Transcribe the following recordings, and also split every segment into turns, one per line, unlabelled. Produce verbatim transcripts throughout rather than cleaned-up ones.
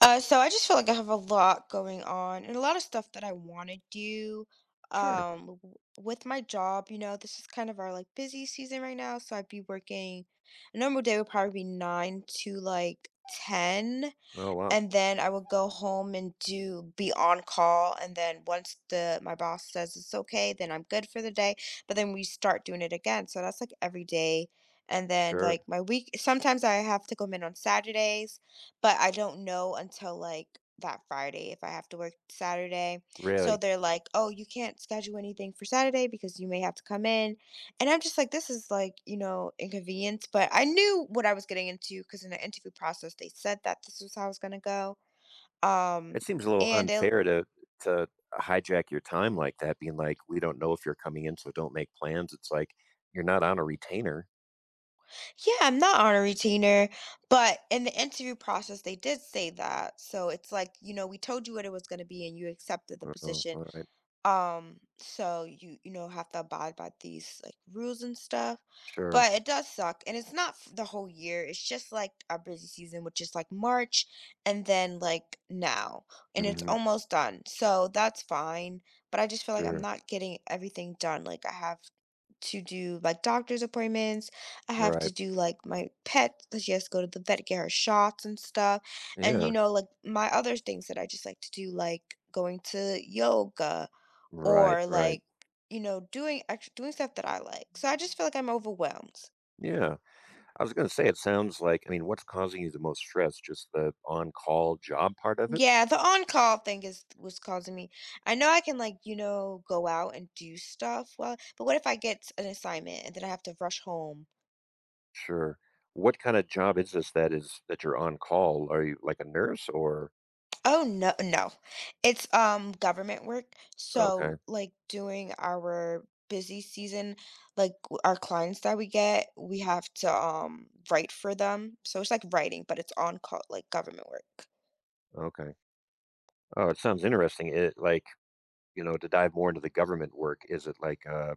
Uh, so I just feel like I have a lot going on and a lot of stuff that I want to do
Sure.
um w- with my job. You know, this is kind of our like busy season right now, so I'd be working— a normal day would probably be nine to like ten,
Oh, wow.
and then I would go home and do— be on call, and then once the my boss says it's okay, then I'm good for the day. But then we start doing it again, so that's like every day. And then
Sure.
like my week, sometimes I have to come in on Saturdays, but I don't know until like that Friday if I have to work Saturday. So
Really?
they're like, oh, you can't schedule anything for Saturday because you may have to come in. And I'm just like, this is like, you know, inconvenience, but I knew what I was getting into because in the interview process they said that this was how I was gonna go. Um,
It seems a little
and it,
unfair to to hijack your time like that, being like, "We don't know if you're coming in, so don't make plans." It's like you're not on a retainer.
yeah, I'm not on a retainer, but in the interview process they did say that. So it's like, you know, we told you what it was gonna be and you accepted the
Oh, oh,
position.
all right.
um so you you know have to abide by these like rules and stuff.
Sure.
But it does suck, and it's not f- the whole year, it's just like our busy season, which is like March, and then like now, and it's
Hmm.
almost done, so that's fine. But I just feel like I'm
Sure.
not getting everything done, like I have to do like doctor's appointments, I have
Right.
to do like my pet because she has to go to the vet, get her shots and stuff. And
Yeah.
you know, like my other things that I just like to do, like going to yoga,
Right.
or
Right.
like, you know, doing— actually doing stuff that I like. So I just feel like I'm overwhelmed.
Yeah. I was gonna say it sounds like, I mean, what's causing you the most stress? Just the on-call job part of it?
Yeah, the on-call thing is— was causing me. I know I can, like, you know, go out and do stuff. Well, but what if I get an assignment and then I have to rush home?
Sure. What kind of job is this that is that you're on call? Are you like a nurse or
Oh no, no. It's um government work.
okay,
So like during our busy season, like w- our clients that we get, we have to um write for them. So it's like writing, but it's on call, like government work.
okay. Oh, it sounds interesting. It like, you know, to dive more into the government work, is it like uh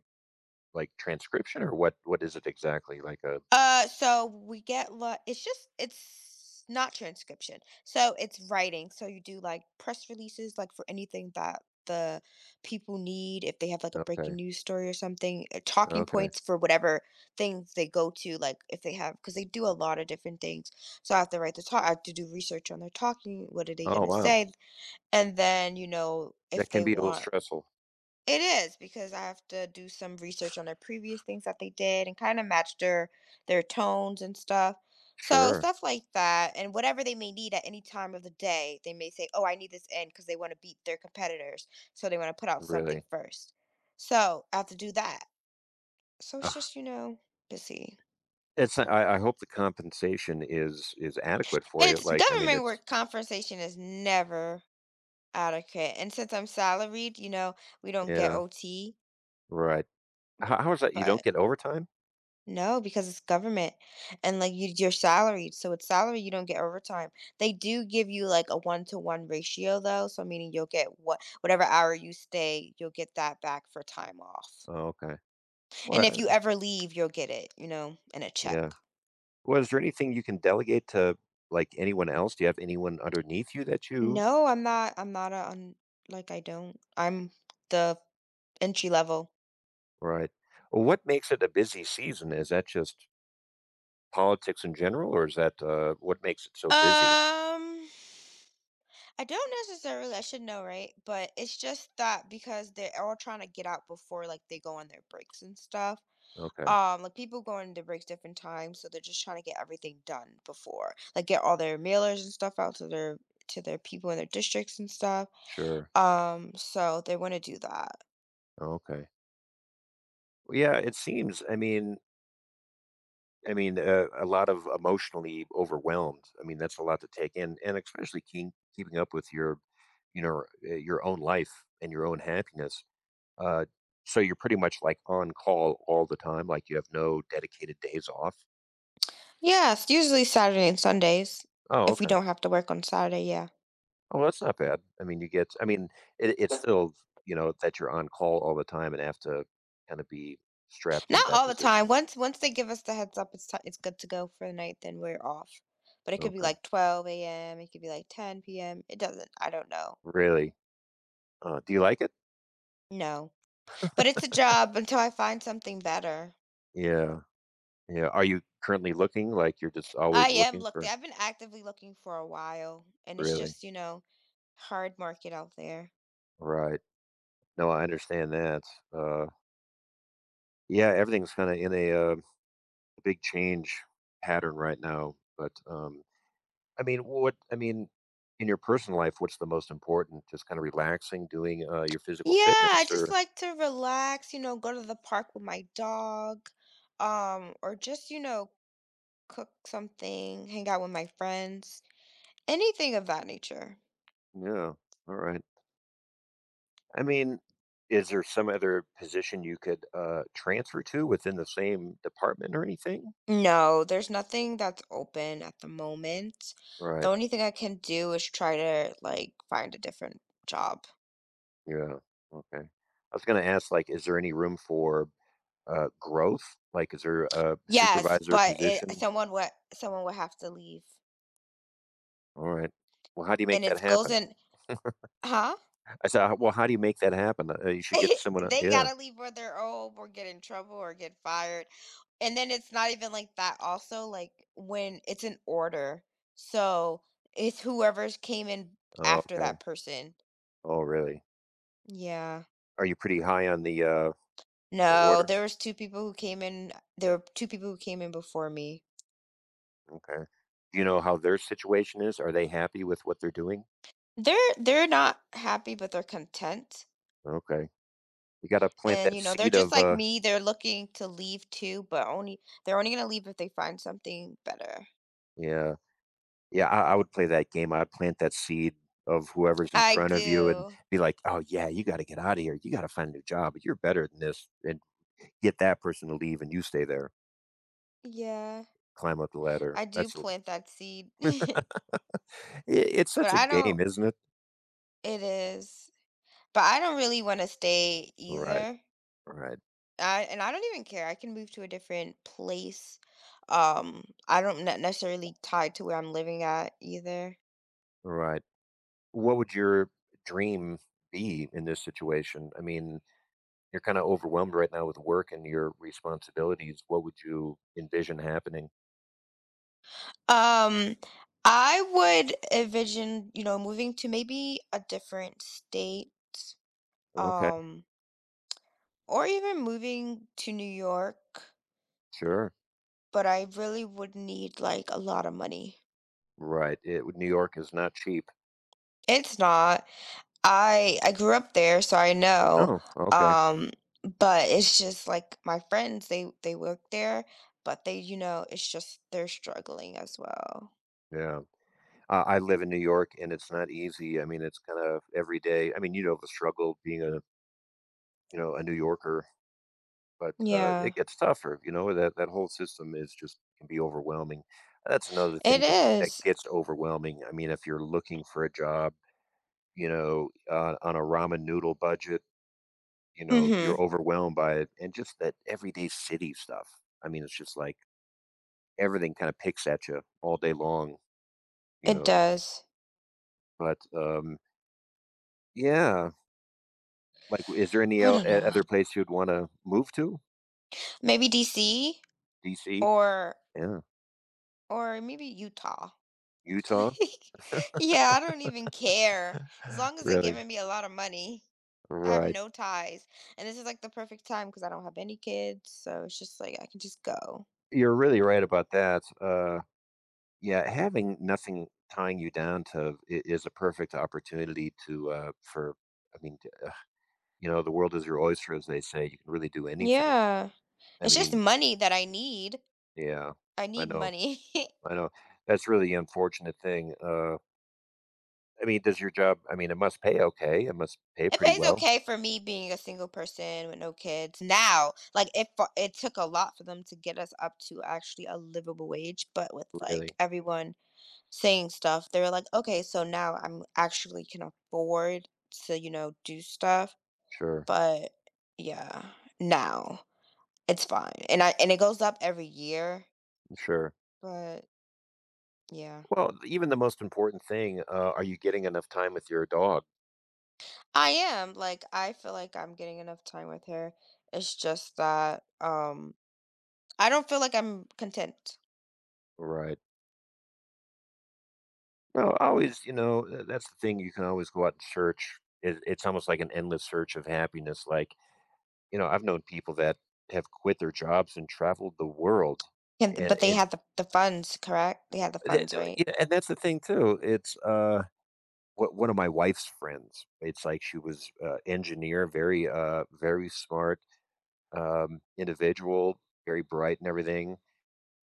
like transcription or what what is it exactly? Like a
Uh, so we get like— it's just— it's not transcription. So it's writing. So you do like press releases, like for anything that the people need, if they have like a
okay.
breaking news story or something, uh, talking
Okay.
points for whatever things they go to, like if they have— because they do a lot of different things. So I have to write the talk. I have to do research on their talking. What are they
Oh,
gonna
wow.
say? And then you know if
That can
they
be a little
want—
stressful.
it is, because I have to do some research on their previous things that they did and kind of match their their tones and stuff. So
Sure.
stuff like that, and whatever they may need at any time of the day, they may say, "Oh, I need this in," because they want to beat their competitors, so they want to put out something
Really.
first. So I have to do that. So it's
Ugh.
just, you know, busy.
It's I, I hope the compensation is is adequate for you.
It's
Like, I mean
government
it's
work. Conversation is never adequate, and since I'm salaried, you know, we don't get
yeah,
O T,
right. How, how is that you don't
but—
get overtime?
no, because it's government, and like, you— you're salaried, so it's salary, you don't get overtime. They do give you like a one-to-one ratio, though, so meaning you'll get what— whatever hour you stay, you'll get that back for time off.
Oh, okay.
And
Well,
if you
that,
ever leave, you'll get it, you know, in a
yeah.
check.
Well, is there anything you can delegate to like anyone else? Do you have anyone underneath you that you
No, I'm not— I'm not a— I'm like, I don't— I'm the entry level.
Right. Well, what makes it a busy season? Is that just politics in general, or is that uh, what makes it so busy?
Um, I don't necessarily— I should know, right? But it's just that because they're all trying to get out before, like, they go on their breaks and stuff.
Okay,
Um, like people go into breaks different times, so they're just trying to get everything done before, like get all their mailers and stuff out to their to their people in their districts and stuff.
sure.
Um, so they want to do that.
Okay. Well, yeah, it seems. I mean, I mean, uh, a lot of emotionally overwhelmed. I mean, that's a lot to take in, and especially keep, keeping up with your, you know, uh, your own life and your own happiness. Uh, so you're pretty much like on call all the time. Like you have no dedicated days off.
Yeah, it's usually Saturday and Sundays
Oh,
if we
okay.
don't have to work on Saturday. Yeah,
Oh, that's not bad. I mean, you get I mean, it it's still, you know, that you're on call all the time and have to kinda be strapped into
not
that
all the time.
position.
Once once they give us the heads up, it's ti— it's good to go for the night. Then we're off. But it could be
Okay.
like twelve a m. It could be like ten p m. It doesn't— I don't know.
Really? Uh, do you like it?
No, but it's a job until I find something better.
Yeah, yeah. Are you currently looking? Like, you're just
I
always
am
looking
looking.
for
I've been actively looking for a while, and it's
really?
just, you know, hard market out there.
Right. No, I understand that. Uh, yeah, everything's kinda in a, uh, big change pattern right now, but, um, I mean, what I mean, in your personal life, what's the most important? Just kinda relaxing, doing, uh, your physical
Yeah, I
fitness
just
or
like to relax, you know, go to the park with my dog, um, or just, you know, cook something, hang out with my friends, anything of that nature.
yeah. Alright. I mean, is there some other position you could, uh, transfer to within the same department or anything?
No, there's nothing that's open at the moment. The
Right.
only thing I can do is try to like find a different job.
Yeah. Okay. I was gonna ask, like, is there any room for, uh, growth? Like, is there a
Yes,
supervisor
but it—
position?
someone would— someone would have to leave.
Alright. Well, how do you make
And
that
it goes
happen?
in— huh?
I said, "Uh, Well, how do you make that happen?" Uh, you should get someone uh
They
yeah.
gotta leave, whether, oh, or get in trouble or get fired. And then it's not even like that also, like when it's an order. So it's whoever's came in
Oh,
after
okay.
that person.
Oh, really?
Yeah.
Are you pretty high on the, uh, the
No,
order?
there was two people who came in— there were two people who came in before me.
Okay. Do you know how their situation is? Are they happy with what they're doing?
They're— they're not happy, but they're content.
Okay. You gotta plant
And
that
you know, they're
seed
just
of,
like
uh
me. They're looking to leave too, but only— they're only gonna leave if they find something better.
yeah. Yeah, I I would play that game. I'd plant that seed of whoever's in
I
front of you and
do.
be like, "Oh, yeah, you gotta get out of here. You gotta find a new job. You're better than this," and get that person to leave and you stay there.
Yeah.
Climb up the ladder.
I do
That's a
plant that seed, but
I- it's such a
I
game,
don't—
isn't it?
it is. But I don't really wanna stay
Right,
either.
right,
I— and I don't even care, I can move to a different place. Um, I don't ne— necessarily tied to where I'm living at either.
right. What would your dream be in this situation? I mean, you're kinda overwhelmed right now with work and your responsibilities. What would you envision happening?
Um, I would envision, you know, moving to maybe a different state,
Okay.
um, or even moving to New York,
Sure.
but I really would need, like, a lot of money.
Right. It New York is not cheap.
It's not— I— I grew up there, so I know.
Oh, okay.
Um, but it's just like my friends, they— they work there, but they, you know, it's just they're struggling as well.
Yeah. Uh, I live in New York and it's not easy. I mean, it's kind of every day. I mean, you know the struggle being a, you know, a New Yorker, but uh,
Yeah,
it gets tougher. You know, that, that whole system is just can be overwhelming. That's another
it
thing that, that
is.
gets overwhelming. I mean, if you're looking for a job, you know, uh, on a ramen noodle budget, you know, you're
Mm-hmm.
overwhelmed by it. And just that everyday city stuff. I mean, it's just like, everything kinda picks at you all day long, you
It
know,
does.
but, um, yeah, like, is there any
I
o
don't
o
know.
other place you'd wanna move to?
Maybe D C,
D C?
or—
Yeah.
or maybe Utah.
Utah?
Like, yeah, I don't even care. As long as they're
Really?
giving me a lot of money. I have
Right.
no ties. And this is like the perfect time because I don't have any kids, so it's just like I can just go.
You're really right about that, uh, yeah, having nothing tying you down to I is a perfect opportunity to, uh, for I mean, t uh, you know, the world is your oyster, as they say, you can really do anything.
Yeah.
I
It's just
mean,
money that I need.
yeah,
I
I
need
know,
money.
I know. That's really the unfortunate thing, uh I mean, does your job I mean, it must pay okay, it must pay
It
pretty
pays
well.
okay for me being a single person with no kids now. Like it fu- it took a lot for them to get us up to actually a livable wage, but with like
Really?
everyone saying stuff, they were like, "Okay, so now I'm actually can afford to, you know, do stuff."
Sure,
But yeah, now it's fine. And I— and it goes up every year,
sure.
but yeah.
Well, even the most important thing, uh, are you getting enough time with your dog?
I am. Like, I feel like I'm getting enough time with her. It's just that um I don't feel like I'm content.
Right. No, always, you know, th that's the thing, you can always go out and search. It it's almost like an endless search of happiness, like, you know, I've known people that have quit their jobs and traveled the world,
And,
and
but they
it
had the— the funds, correct? They had the
th
funds,
th
right?
yeah, and that's the thing too, it's, uh, wh- one of my wife's friends, it's like she was a engineer, very, uh, very smart um, individual, very bright and everything.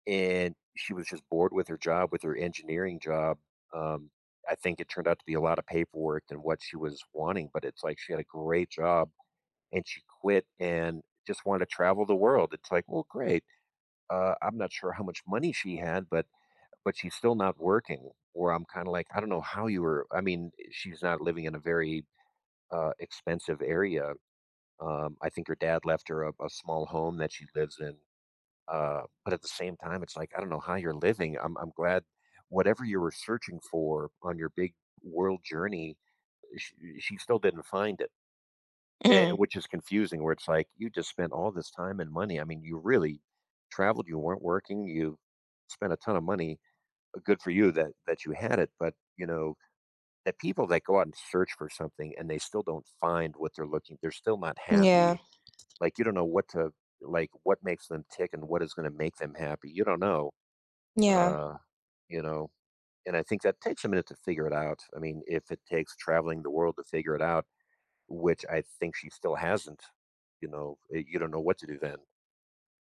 And she was just bored with her job, with her engineering job. Um, I think it turned out to be a lot of paperwork than what she was wanting, but it's like she had a great job and she quit and just wanted to travel the world. It's like, well, great. Uh, I'm not sure how much money she had, but but she's still not working. Or I'm kind of like, I don't know how you were. I mean, she's not living in a very uh, expensive area. Um, I think her dad left her a, a small home that she lives in, uh, but at the same time, it's like, I don't know how you're living. I'm, I'm glad whatever you were searching for on your big world journey, she, she still didn't find it, eh,
Mhm.
which is confusing. Where it's like, you just spent all this time and money. I mean, you really traveled, you weren't working, you spent a ton of money. Uh, Good for you that, that you had it. But, you know, the people that go out and search for something and they still don't find what they're looking, they're still not
Yeah.
happy. Like, you don't know what to, like, what makes them tick and what is going to make them happy. You don't know
Yeah.
uh, you know, and I think that takes a minute to figure it out. I mean, if it takes traveling the world to figure it out, which I think she still hasn't, you know, eh, you don't know what to do then.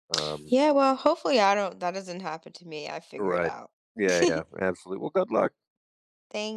Um,
Yeah, well, hopefully I don't— that doesn't happen to me. I figure it
right.
out.
Yeah, yeah,
Thank
absolutely. Well, good luck.